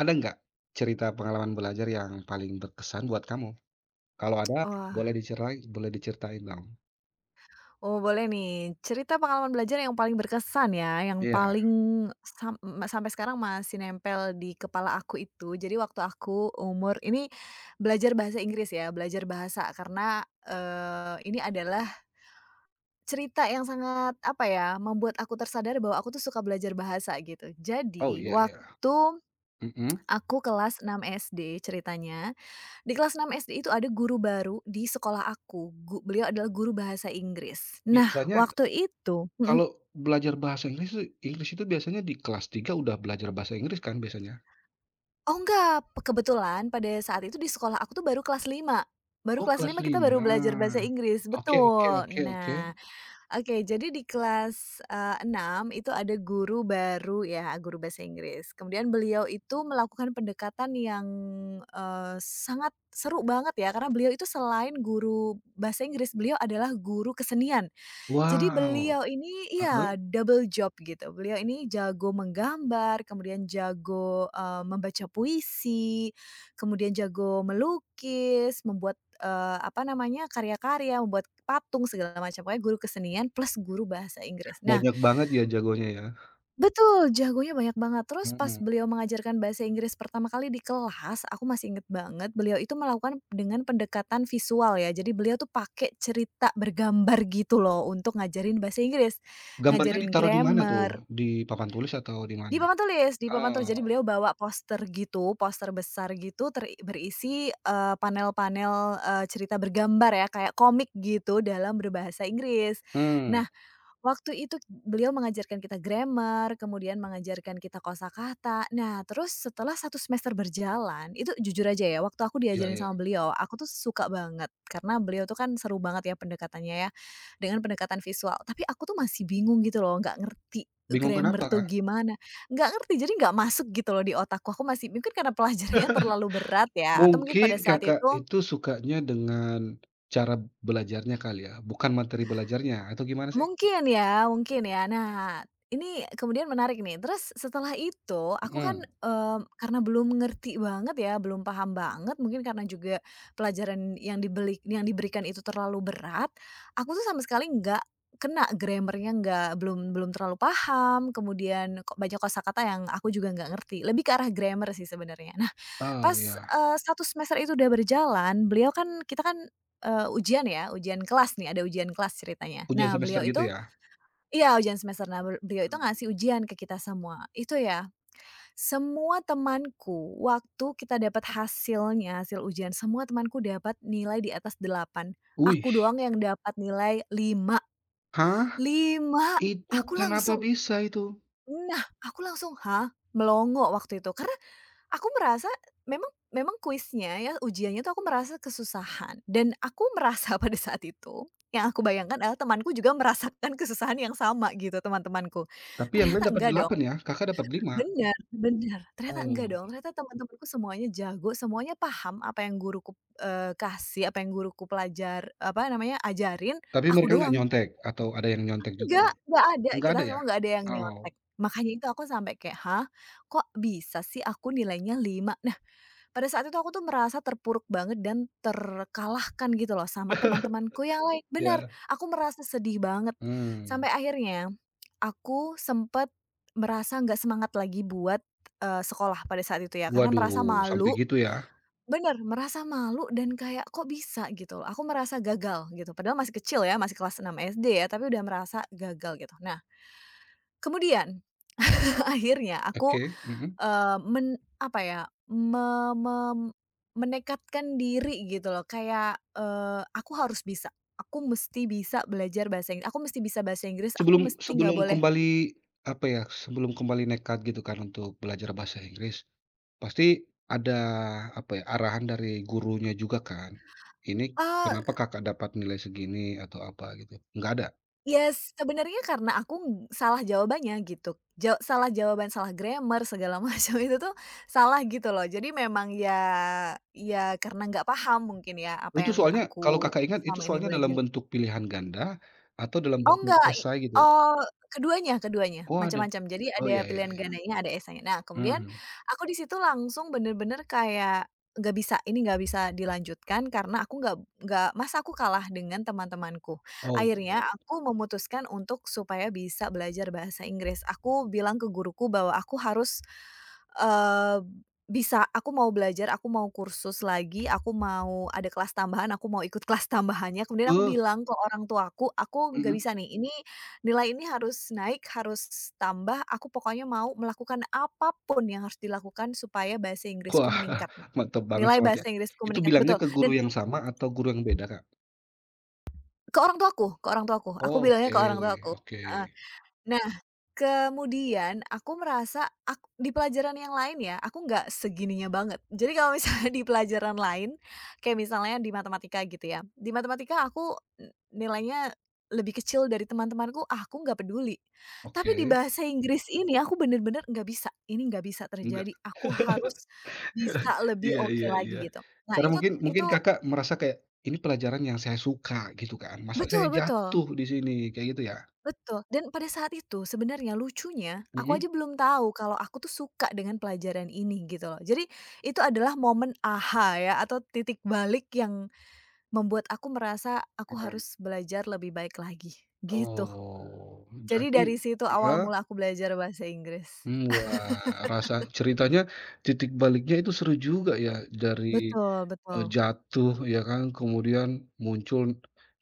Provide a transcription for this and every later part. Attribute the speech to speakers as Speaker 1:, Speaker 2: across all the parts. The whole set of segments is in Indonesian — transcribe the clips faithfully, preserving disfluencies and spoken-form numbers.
Speaker 1: Ada nggak cerita pengalaman belajar yang paling berkesan buat kamu? Kalau ada, boleh
Speaker 2: Wah,
Speaker 1: dicerai boleh diceritain dong.
Speaker 2: oh boleh nih, cerita pengalaman belajar yang paling berkesan ya, yang
Speaker 1: Iya,
Speaker 2: paling sam me sampai sekarang masih nempel di kepala aku itu. Jadi waktu aku umur ini belajar bahasa Inggris ya, belajar bahasa karena, eee, ini adalah cerita yang sangat, apa ya, membuat aku tersadar bahwa aku tuh suka belajar bahasa gitu.
Speaker 1: oh,
Speaker 2: Jadi,
Speaker 1: iya, iya.
Speaker 2: waktu
Speaker 1: Mhm.
Speaker 2: aku kelas enam S D ceritanya, di kelas enam S D itu ada guru baru di sekolah aku, gu beliau adalah guru bahasa Inggris. Nah,
Speaker 1: Biasanya
Speaker 2: waktu itu mhm,
Speaker 1: Kalau belajar bahasa Inggris tuh, Inggris itu biasanya di kelas tiga udah belajar bahasa Inggris, kan, biasanya?
Speaker 2: oh enggak, pe kebetulan pada saat itu di sekolah aku tuh baru kelas lima. Baru
Speaker 1: Oh,
Speaker 2: kelas
Speaker 1: kelas
Speaker 2: lima kita baru
Speaker 1: lima.
Speaker 2: belajar bahasa Inggris,
Speaker 1: Oke, oke,
Speaker 2: betul.
Speaker 1: oke, oke.
Speaker 2: Nah, oke, jadi di kelas, eee, enam itu ada guru baru ya, guru bahasa Inggris. Kemudian beliau itu melakukan pendekatan yang, eee, sangat seru banget ya, karena beliau itu selain guru bahasa Inggris, beliau adalah guru kesenian. Jadi
Speaker 1: Wow,
Speaker 2: beliau ini iya
Speaker 1: heeh,
Speaker 2: double job gitu. Beliau ini jago menggambar, kemudian jago, eee, membaca puisi, kemudian jago melukis, membuat, eee, apa namanya, karya-karya, membuat patung segala macam. Pokoknya guru kesenian plus guru bahasa Inggris. Nah,
Speaker 1: banyak banget ya jagonya ya.
Speaker 2: betul, jagonya banyak banget. Terus pas
Speaker 1: Mhm.
Speaker 2: beliau mengajarkan bahasa Inggris pertama kali di kelas, aku masih inget banget, beliau itu melakukan dengan pendekatan visual ya. Jadi beliau tuh pakai cerita bergambar gitu loh untuk ngajarin bahasa Inggris,
Speaker 1: Gambarnya
Speaker 2: ngajarin
Speaker 1: ditaruh di mana tuh?
Speaker 2: grammar
Speaker 1: Di papan tulis atau di mana?
Speaker 2: di papan tulis di papan tulis. Jadi
Speaker 1: Oh,
Speaker 2: beliau bawa poster gitu, poster besar gitu ter berisi, eee, panel-panel, eee, cerita bergambar ya, kayak komik gitu dalam berbahasa Inggris.
Speaker 1: hmm,
Speaker 2: Nah, waktu itu beliau mengajarkan kita grammar, kemudian mengajarkan kita kosakata. Nah, terus setelah satu semester berjalan, itu jujur aja ya, waktu aku
Speaker 1: iya,
Speaker 2: diajarin
Speaker 1: iya.
Speaker 2: sama beliau, aku tuh suka banget karena beliau tuh kan seru banget ya pendekatannya ya, dengan pendekatan visual. Tapi aku tuh masih bingung gitu loh, nggak ngerti
Speaker 1: Bingung
Speaker 2: grammar
Speaker 1: kenapa,
Speaker 2: tuh
Speaker 1: Kak?
Speaker 2: gimana, nggak ngerti, jadi nggak masuk gitu loh di otakku. Aku masih mungkin karena pelajarannya terlalu berat ya, atau mungkin pada
Speaker 1: Mungkin
Speaker 2: saat
Speaker 1: Kakak
Speaker 2: itu
Speaker 1: itu sukanya dengan cara belajarnya kali ya, bukan materi belajarnya atau gimana sih?
Speaker 2: mungkin ya, mungkin ya. Nah, ini kemudian menarik nih. Terus setelah itu aku kan,
Speaker 1: Mhm.
Speaker 2: eee, karena belum ngerti banget ya, belum paham banget, mungkin karena juga pelajaran yang dibeli yang diberikan itu terlalu berat, aku tuh sama sekali nggak kena grammar-nya, nggak belum belum terlalu paham, kemudian ko banyak kosakata yang aku juga nggak ngerti, lebih ke arah grammar sih sebenarnya. Nah,
Speaker 1: Oh
Speaker 2: pas,
Speaker 1: ya,
Speaker 2: eee, satu semester itu udah berjalan, beliau kan kita kan, eee, ujian ya, ujian kelas nih, ada ujian kelas ceritanya.
Speaker 1: ujian
Speaker 2: Nah,
Speaker 1: semester
Speaker 2: beliau
Speaker 1: gitu
Speaker 2: itu
Speaker 1: ya?
Speaker 2: iya, ujian semester. Nah, ber beliau itu
Speaker 1: Mhm.
Speaker 2: ngasih ujian ke kita semua itu ya, semua temanku waktu kita dapat hasilnya, hasil ujian, semua temanku dapat nilai di atas delapan.
Speaker 1: Wih,
Speaker 2: Aku doang yang dapat nilai lima,
Speaker 1: hah?
Speaker 2: lima.
Speaker 1: Itu
Speaker 2: Aku
Speaker 1: kenapa
Speaker 2: langsung,
Speaker 1: bisa itu?
Speaker 2: nah, aku langsung, "Hah?" Melongo waktu itu. Karena aku merasa memang memang kuisnya ya, ujiannya tuh aku merasa kesusahan dan aku merasa pada saat itu, yang aku bayangkan adalah temanku juga merasakan kesusahan yang sama gitu, teman-temanku.
Speaker 1: Tapi yang lain
Speaker 2: Ternyata
Speaker 1: dapat
Speaker 2: enggak dong,
Speaker 1: delapan ya, Kakak dapat lima.
Speaker 2: benar benar ternyata enggak dong,
Speaker 1: Oh,
Speaker 2: ternyata teman-temanku semuanya jago, semuanya paham apa yang guruku, eee, kasih, apa yang guruku pelajar apa namanya, ajarin,
Speaker 1: tapi
Speaker 2: aku
Speaker 1: mereka nggak
Speaker 2: doang
Speaker 1: nyontek atau ada yang nyontek juga?
Speaker 2: enggak enggak ada,
Speaker 1: Nggak
Speaker 2: kita
Speaker 1: ada ya?
Speaker 2: semua enggak ada yang
Speaker 1: Oh,
Speaker 2: nyontek. Makanya itu aku sampai kayak, "Hah, kok bisa sih aku nilainya lima?" Nah, pada saat itu aku tuh merasa terpuruk banget dan terkalahkan gitu loh sama teman-temanku yang lain, bener,
Speaker 1: ya.
Speaker 2: aku merasa sedih banget.
Speaker 1: Hmm.
Speaker 2: Sampai akhirnya aku sempet merasa nggak semangat lagi buat, eee, sekolah pada saat itu ya, karena merasa
Speaker 1: Waduh, sampai
Speaker 2: malu,
Speaker 1: gitu ya?
Speaker 2: bener, merasa malu dan kayak kok bisa gitu loh, aku merasa gagal gitu, padahal masih kecil ya, masih kelas enam S D ya, tapi udah merasa gagal gitu. Nah, kemudian akhirnya aku
Speaker 1: Oke, mhm.
Speaker 2: eh men apa ya, me mem menekadkan diri gitu loh kayak, eee, aku harus bisa, aku mesti bisa belajar bahasa inggris, aku mesti bisa bahasa Inggris, aku
Speaker 1: Sebelum
Speaker 2: mesti nggak
Speaker 1: sebelum
Speaker 2: boleh
Speaker 1: kembali, apa ya, sebelum kembali nekat gitu kan untuk belajar bahasa Inggris, pasti ada, apa ya, arahan dari gurunya juga kan? Ini
Speaker 2: ah
Speaker 1: kenapa Kakak dapat nilai segini atau apa gitu? Nggak ada?
Speaker 2: yes, sebenarnya karena aku ng salah jawabannya gitu. Ja salah jawaban, salah grammar, segala macam itu tuh salah gitu loh. Jadi memang ya, ya karena nggak paham mungkin ya apa
Speaker 1: Itu
Speaker 2: yang
Speaker 1: soalnya,
Speaker 2: aku
Speaker 1: kalau Kakak ingat, itu
Speaker 2: selama ini
Speaker 1: soalnya dalam
Speaker 2: belajar.
Speaker 1: bentuk pilihan ganda atau dalam
Speaker 2: Oh
Speaker 1: bentuk
Speaker 2: enggak, i
Speaker 1: esai gitu?
Speaker 2: eee, keduanya, keduanya,
Speaker 1: Oh ada?
Speaker 2: macam-macam. Jadi
Speaker 1: Oh
Speaker 2: ada
Speaker 1: ya, ya,
Speaker 2: pilihan
Speaker 1: ya.
Speaker 2: gandanya, ada esainya. Nah, kemudian
Speaker 1: Mmm.
Speaker 2: aku di situ langsung bener-bener kayak, nggak bisa, ini nggak bisa dilanjutkan karena aku nggak nggak masa aku kalah dengan teman-temanku.
Speaker 1: Oh
Speaker 2: Akhirnya
Speaker 1: ya.
Speaker 2: aku memutuskan untuk supaya bisa belajar bahasa Inggris. Aku bilang ke guruku bahwa aku harus Eee, bisa, aku mau belajar, aku mau kursus lagi, aku mau ada kelas tambahan, aku mau ikut kelas tambahannya. Kemudian aku
Speaker 1: Eee,
Speaker 2: bilang ke orang tuaku, "Aku nggak
Speaker 1: mhm.
Speaker 2: bisa nih, ini nilai ini harus naik, harus tambah, aku pokoknya mau melakukan apapun yang harus dilakukan supaya bahasa Inggrisku
Speaker 1: Wah,
Speaker 2: meningkat,
Speaker 1: mantap banget
Speaker 2: nilai
Speaker 1: soalnya.
Speaker 2: bahasa Inggrisku
Speaker 1: Itu
Speaker 2: meningkat."
Speaker 1: bilangnya
Speaker 2: Betul,
Speaker 1: ke guru
Speaker 2: dan
Speaker 1: yang sama atau guru yang beda, Kak?
Speaker 2: ke orang tuaku ke orang tuaku, aku bilangnya
Speaker 1: Oke,
Speaker 2: ke orang tuaku,
Speaker 1: oke,
Speaker 2: heeh. Kemudian aku merasa ak di pelajaran yang lain ya, aku nggak segininya banget. Jadi kalau misalnya di pelajaran lain, kayak misalnya di matematika gitu ya, di matematika aku n nilainya lebih kecil dari teman-temanku, ah, aku nggak peduli. Tapi di
Speaker 1: oke,
Speaker 2: bahasa Inggris ini aku bener-bener nggak bisa, ini nggak bisa terjadi,
Speaker 1: enggak.
Speaker 2: aku harus bisa lebih
Speaker 1: Iya,
Speaker 2: oke
Speaker 1: iya, iya.
Speaker 2: lagi gitu. Nah
Speaker 1: Karena
Speaker 2: itu,
Speaker 1: mungkin mungkin
Speaker 2: itu
Speaker 1: Kakak merasa kayak, "Ini pelajaran yang saya suka," gitu kan, "masa saya
Speaker 2: betul, betul.
Speaker 1: jatuh di sini?" Kayak gitu ya?
Speaker 2: Betul, dan pada saat itu sebenarnya lucunya, aku
Speaker 1: Mhm?
Speaker 2: aja belum tahu kalau aku tuh suka dengan pelajaran ini gitu loh. Jadi itu adalah momen aha ya atau titik balik yang membuat aku merasa aku
Speaker 1: Heeh.
Speaker 2: harus belajar lebih baik lagi, gitu.
Speaker 1: Oh,
Speaker 2: Jadi
Speaker 1: jadi,
Speaker 2: dari situ awal
Speaker 1: heeh,
Speaker 2: mula aku belajar bahasa Inggris.
Speaker 1: mmm, wah, rasa ceritanya, titik baliknya itu seru juga ya, dari,
Speaker 2: Betul, betul.
Speaker 1: eee, jatuh ya kan, kemudian muncul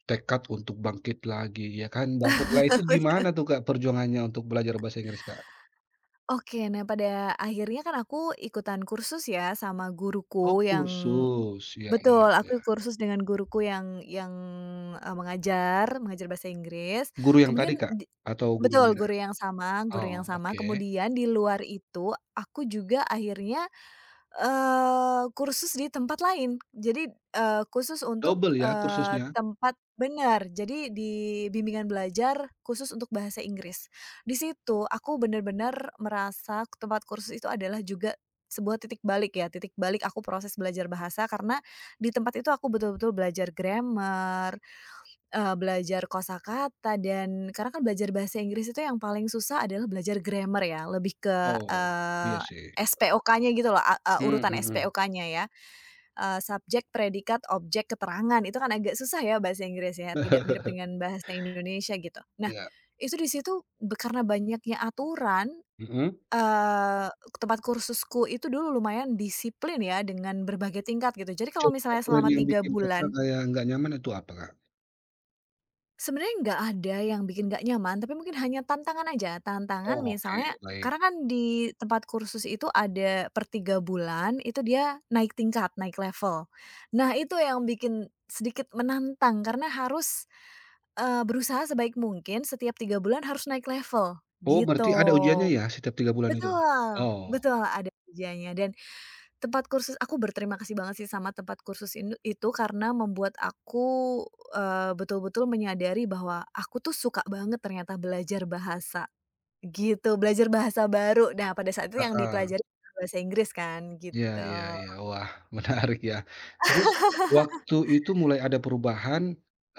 Speaker 1: tekad untuk bangkit lagi ya kan, bangkitlah itu gimana tuh Kak perjuangannya untuk belajar bahasa Inggris, Kak?
Speaker 2: Oke, nah pada akhirnya kan aku ikutan kursus ya sama
Speaker 1: Oh,
Speaker 2: guruku yang,
Speaker 1: kursus, iya, iya,
Speaker 2: betul,
Speaker 1: iya.
Speaker 2: aku kursus dengan guruku yang yang, eee, mengajar mengajar bahasa Inggris,
Speaker 1: Guru yang tadi
Speaker 2: kemudian
Speaker 1: Kak?
Speaker 2: di,
Speaker 1: Atau guru yang
Speaker 2: betul,
Speaker 1: beda?
Speaker 2: guru yang sama guru
Speaker 1: Oh,
Speaker 2: yang sama,
Speaker 1: oke.
Speaker 2: kemudian di luar itu, aku juga akhirnya, Eee, kursus di tempat lain. Jadi, eee, khusus untuk,
Speaker 1: Double ya
Speaker 2: eee,
Speaker 1: kursusnya?
Speaker 2: tempat benar, jadi di bimbingan belajar khusus untuk bahasa Inggris. Di situ aku benar-benar merasa tempat kursus itu adalah juga sebuah titik balik ya, titik balik aku proses belajar bahasa karena di tempat itu aku betul-betul belajar grammar, Eee, belajar kosakata. Dan karena kan belajar bahasa Inggris itu yang paling susah adalah belajar grammar ya, lebih ke,
Speaker 1: Oh, iya
Speaker 2: eee,
Speaker 1: sih.
Speaker 2: S P O K-nya gitu loh, a eee,
Speaker 1: Mmm,
Speaker 2: urutan
Speaker 1: mhm.
Speaker 2: S P O K-nya ya, eee, subjek, predikat, objek, keterangan, itu kan agak susah ya bahasa Inggris ya, tidak mirip dengan bahasa Indonesia gitu. Nah,
Speaker 1: Iya,
Speaker 2: itu di situ be karena banyaknya aturan,
Speaker 1: mhm?
Speaker 2: eee, tempat kursusku itu dulu lumayan disiplin ya dengan berbagai tingkat gitu. Jadi kalau
Speaker 1: Coba,
Speaker 2: misalnya
Speaker 1: aturan
Speaker 2: selama
Speaker 1: yang
Speaker 2: tiga
Speaker 1: bikin
Speaker 2: bulan
Speaker 1: Kakak kayak nggak nyaman itu apa Kak?
Speaker 2: sebenarnya nggak ada yang bikin nggak nyaman, tapi mungkin hanya tantangan aja. Tantangan
Speaker 1: Oh, oke,
Speaker 2: misalnya
Speaker 1: baik.
Speaker 2: karena kan di tempat kursus itu ada per tiga bulan, itu dia naik tingkat, naik level. Nah, itu yang bikin sedikit menantang karena harus, eee, berusaha sebaik mungkin setiap tiga bulan harus naik level,
Speaker 1: Oh, berarti ada ujiannya
Speaker 2: gitu.
Speaker 1: ya setiap tiga bulan itu?
Speaker 2: Betul,
Speaker 1: Oh,
Speaker 2: betul, ada ujiannya dan tempat kursus aku berterima kasih banget sih sama tempat kursus in itu karena membuat aku, eee, betul-betul menyadari bahwa aku tuh suka banget ternyata belajar bahasa, gitu. Belajar bahasa baru. Nah, pada saat itu yang
Speaker 1: heeh.
Speaker 2: dipelajari bahasa Inggris kan,
Speaker 1: Iya,
Speaker 2: gitu.
Speaker 1: iya, iya. Wah, menarik ya. Terus waktu itu mulai ada perubahan,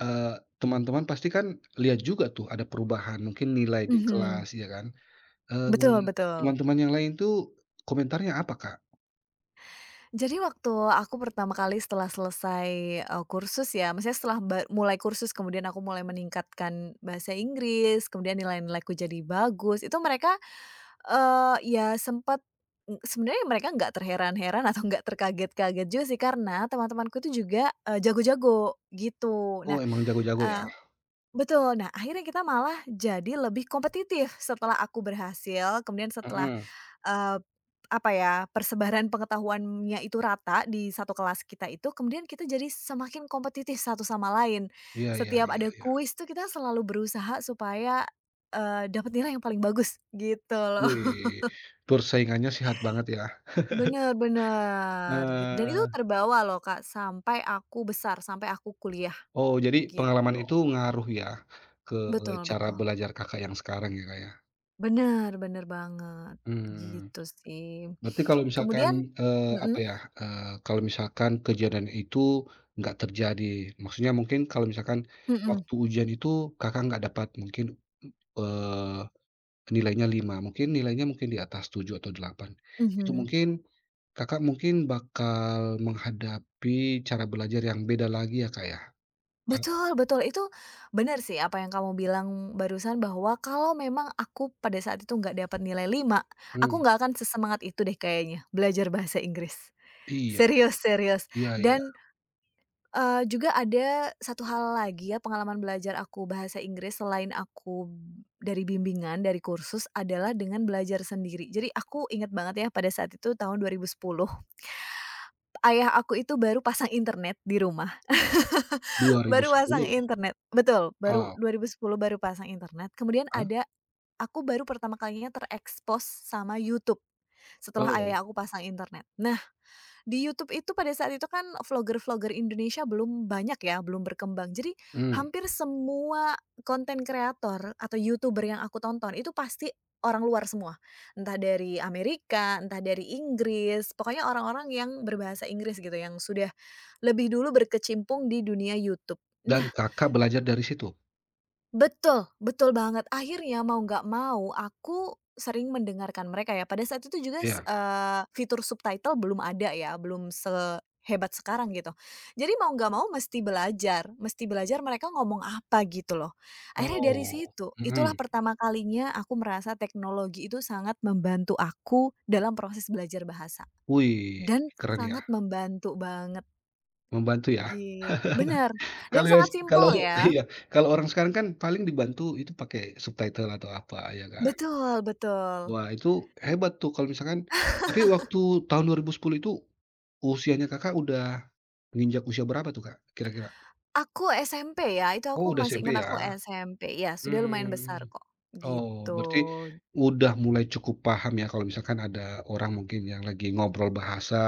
Speaker 1: eee, teman-teman pasti kan lihat juga tuh ada perubahan, mungkin nilai di
Speaker 2: Mhm,
Speaker 1: kelas ya kan. Eee,
Speaker 2: betul, betul.
Speaker 1: teman-teman yang lain tuh komentarnya apa, Kak?
Speaker 2: Jadi waktu aku pertama kali setelah selesai, eee, kursus ya, maksudnya setelah ba mulai kursus kemudian aku mulai meningkatkan bahasa Inggris, kemudian nilai-nilaiku jadi bagus, itu mereka, Eee, ya sempet, m sebenarnya mereka nggak terheran-heran atau nggak terkaget-kaget juga sih karena teman-temanku itu juga, eee, jago-jago gitu.
Speaker 1: "Oh,
Speaker 2: Nah,
Speaker 1: emang jago-jago ya?"
Speaker 2: eee betul. Nah, akhirnya kita malah jadi lebih kompetitif setelah aku berhasil, kemudian setelah,
Speaker 1: Mhm.
Speaker 2: eee, apa ya, persebaran pengetahuannya itu rata di satu kelas kita itu, kemudian kita jadi semakin kompetitif satu sama lain.
Speaker 1: Iya, iya,
Speaker 2: Setiap
Speaker 1: iya,
Speaker 2: ada
Speaker 1: iya.
Speaker 2: kuis tuh kita selalu berusaha supaya, eee, dapat nilai yang paling bagus gitu loh.
Speaker 1: Wih, persaingannya sehat banget ya.
Speaker 2: Bener, bener, gitu, dan itu
Speaker 1: Eee,
Speaker 2: terbawa loh, Kak, sampai aku besar, sampai aku kuliah,
Speaker 1: oh jadi
Speaker 2: gitu.
Speaker 1: pengalaman itu ngaruh ya ke
Speaker 2: Betul,
Speaker 1: cara
Speaker 2: betul.
Speaker 1: belajar Kakak yang sekarang ya, Kak, ya?
Speaker 2: Bener, bener banget,
Speaker 1: Mmm.
Speaker 2: gitu sih.
Speaker 1: Berarti kalau misalkan,
Speaker 2: Kemudian
Speaker 1: eee,
Speaker 2: mhm
Speaker 1: apa ya, eee, kalau misalkan kejadian itu nggak terjadi, maksudnya mungkin kalau misalkan
Speaker 2: mhm
Speaker 1: waktu ujian itu Kakak nggak dapat mungkin, eee, nilainya lima, mungkin nilainya mungkin di atas tujuh atau delapan. Itu
Speaker 2: mhm.
Speaker 1: mungkin Kakak mungkin bakal menghadapi cara belajar yang beda lagi ya, Kak, ya? A
Speaker 2: Betul, betul, itu bener sih apa yang kamu bilang barusan bahwa kalau memang aku pada saat itu nggak dapat nilai lima, aku
Speaker 1: mmm,
Speaker 2: nggak akan sesemangat itu deh kayaknya, belajar bahasa Inggris.
Speaker 1: iya,
Speaker 2: Serius, serius,
Speaker 1: iya, iya,
Speaker 2: dan Eee, juga ada satu hal lagi ya pengalaman belajar aku bahasa Inggris. Selain aku dari bimbingan, dari kursus adalah dengan belajar sendiri. Jadi aku inget banget ya pada saat itu tahun dua nol satu nol, ayah aku itu baru pasang internet di rumah, baru pasang
Speaker 1: dua ribu sepuluh?
Speaker 2: internet, betul, baru
Speaker 1: Oh,
Speaker 2: dua ribu sepuluh baru pasang internet, kemudian
Speaker 1: heeh,
Speaker 2: ada, aku baru pertama kalinya terekspos sama YouTube setelah
Speaker 1: oh,
Speaker 2: ayah aku pasang internet. Nah, di YouTube itu pada saat itu kan vlogger-vlogger Indonesia belum banyak ya, belum berkembang. Jadi
Speaker 1: mmm,
Speaker 2: hampir semua konten kreator atau YouTuber yang aku tonton itu pasti orang luar semua. Entah dari Amerika, entah dari Inggris, pokoknya orang-orang yang berbahasa Inggris gitu yang sudah lebih dulu berkecimpung di dunia YouTube.
Speaker 1: dan Kakak belajar dari situ?
Speaker 2: Betul, betul banget. Akhirnya mau nggak mau aku sering mendengarkan mereka ya. Pada saat itu juga s
Speaker 1: Iya,
Speaker 2: eee, fitur subtitle belum ada ya, belum sehebat sekarang gitu. Jadi mau nggak mau mesti belajar, mesti belajar mereka ngomong apa gitu loh. Akhirnya dari
Speaker 1: oh,
Speaker 2: situ, itulah
Speaker 1: mhm.
Speaker 2: pertama kalinya aku merasa teknologi itu sangat membantu aku dalam proses belajar bahasa
Speaker 1: Wih,
Speaker 2: dan
Speaker 1: keren ya,
Speaker 2: sangat membantu banget
Speaker 1: membantu ya.
Speaker 2: gitu. Bener, dan
Speaker 1: Kalau
Speaker 2: sangat simpel
Speaker 1: kalau
Speaker 2: ya.
Speaker 1: iya, kalau orang sekarang kan paling dibantu itu pakai subtitle atau apa ya kan.
Speaker 2: Betul, betul.
Speaker 1: Wah, itu hebat tuh, kalau misalkan, tapi waktu tahun dua ribu sepuluh itu usianya Kakak udah menginjak usia berapa tuh Kak, kira-kira?
Speaker 2: Aku S M P ya, itu
Speaker 1: Oh,
Speaker 2: aku
Speaker 1: udah
Speaker 2: masih
Speaker 1: S M P
Speaker 2: ingat
Speaker 1: ya?
Speaker 2: aku S M P, ya sudah lumayan besar
Speaker 1: Hmm.
Speaker 2: kok, gitu.
Speaker 1: Oh, berarti udah mulai cukup paham ya, kalau misalkan ada orang mungkin yang lagi ngobrol bahasa,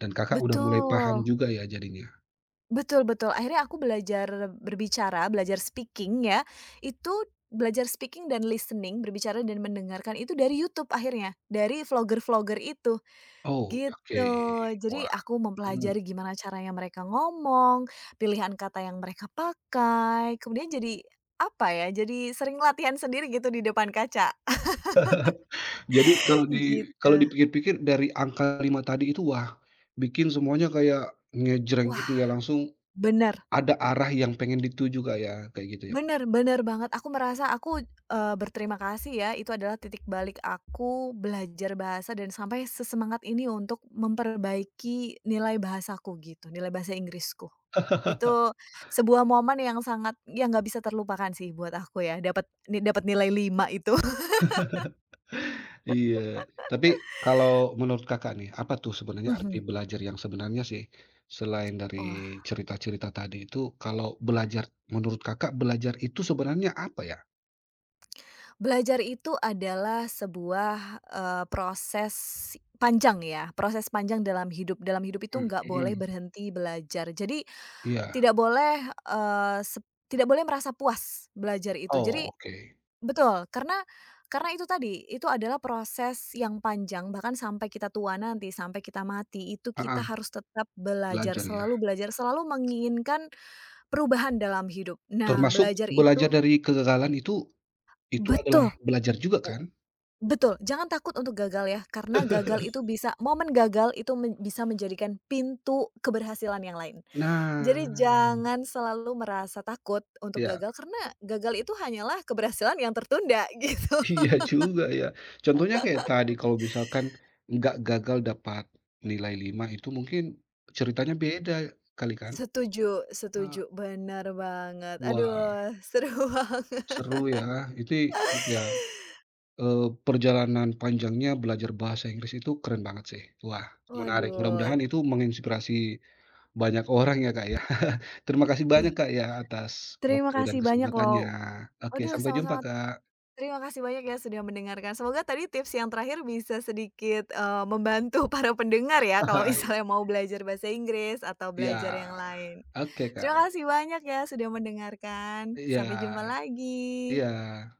Speaker 1: dan Kakak udah mulai paham
Speaker 2: Betul,
Speaker 1: juga ya jadinya?
Speaker 2: betul betul, akhirnya aku belajar berbicara, belajar speaking ya, itu belajar speaking dan listening, berbicara dan mendengarkan itu dari YouTube akhirnya, dari vlogger-vlogger itu,
Speaker 1: Oh, oke,
Speaker 2: gitu. Jadi
Speaker 1: wah,
Speaker 2: aku
Speaker 1: mhm.
Speaker 2: mempelajari gimana caranya mereka ngomong, pilihan kata yang mereka pakai, kemudian jadi, apa ya, jadi sering latihan sendiri gitu di depan kaca,
Speaker 1: Jadi, kalau di
Speaker 2: gitu.
Speaker 1: kalau dipikir-pikir, dari angka lima tadi itu, wah, bikin semuanya kayak ngejreng
Speaker 2: Wah,
Speaker 1: gitu ya, langsung
Speaker 2: bener
Speaker 1: ada arah yang pengen dituju Kak ya, kayak gitu ya?
Speaker 2: bener bener banget. Aku merasa aku, eee, berterima kasih ya, itu adalah titik balik aku belajar bahasa dan sampai sesemangat ini untuk memperbaiki nilai bahasaku gitu, nilai bahasa Inggrisku. Itu sebuah momen yang sangat, yang nggak bisa terlupakan sih buat aku ya, dapat ni dapat nilai lima itu.
Speaker 1: Iya, tapi kalau menurut Kakak nih, apa tuh sebenarnya arti
Speaker 2: Mhm.
Speaker 1: belajar yang sebenarnya sih? Selain dari
Speaker 2: Wah,
Speaker 1: cerita-cerita tadi itu, kalau belajar menurut Kakak, belajar itu sebenarnya apa ya?
Speaker 2: belajar itu adalah sebuah, eee, proses panjang ya, proses panjang dalam hidup. Dalam hidup itu
Speaker 1: Mmm,
Speaker 2: nggak boleh
Speaker 1: mhm,
Speaker 2: berhenti belajar. Jadi
Speaker 1: iya.
Speaker 2: tidak boleh, eee, sep tidak boleh merasa puas belajar itu. Jadi
Speaker 1: Oh, oke.
Speaker 2: betul, karena karena itu tadi, itu adalah proses yang panjang, bahkan sampai kita tua nanti, sampai kita mati, itu kita
Speaker 1: Heeh,
Speaker 2: harus tetap belajar,
Speaker 1: belajar ya.
Speaker 2: selalu belajar, selalu menginginkan perubahan dalam hidup. Nah,
Speaker 1: Termasuk
Speaker 2: belajar
Speaker 1: belajar
Speaker 2: itu
Speaker 1: dari kegagalan itu. Itu adalah
Speaker 2: betul,
Speaker 1: belajar juga kan?
Speaker 2: betul, jangan takut untuk gagal ya, karena gagal itu bisa, momen gagal itu men bisa menjadikan pintu keberhasilan yang lain.
Speaker 1: Nah,
Speaker 2: Jadi jangan selalu merasa takut untuk
Speaker 1: ya,
Speaker 2: gagal karena gagal itu hanyalah keberhasilan yang tertunda gitu.
Speaker 1: iya juga ya. Contohnya kayak tadi, kalau misalkan nggak gagal dapat nilai lima, itu mungkin ceritanya beda kali kan?
Speaker 2: Setuju,
Speaker 1: Ah,
Speaker 2: setuju, benar banget.
Speaker 1: wah,
Speaker 2: Aduh, seru banget.
Speaker 1: seru ya itu ya, eee, perjalanan panjangnya belajar bahasa Inggris itu keren banget sih. Wah, menarik,
Speaker 2: Waduh,
Speaker 1: mudah-mudahan itu menginspirasi banyak orang ya, Kak, ya. Terima kasih banyak, Kak, ya, atas
Speaker 2: terima
Speaker 1: waktu dan
Speaker 2: kasih banyak
Speaker 1: kesempatannya.
Speaker 2: loh.
Speaker 1: Oke,
Speaker 2: Aduh,
Speaker 1: sampai jumpa,
Speaker 2: sama-sama,
Speaker 1: Kak.
Speaker 2: terima kasih banyak ya sudah mendengarkan. Semoga tadi tips yang terakhir bisa sedikit, eee, membantu para pendengar ya kalau
Speaker 1: Bye.
Speaker 2: misalnya mau belajar bahasa Inggris atau
Speaker 1: Iya,
Speaker 2: belajar yang lain.
Speaker 1: oke
Speaker 2: Terima
Speaker 1: Kak,
Speaker 2: kasih banyak ya sudah mendengarkan,
Speaker 1: iya,
Speaker 2: sampai jumpa lagi.
Speaker 1: iya.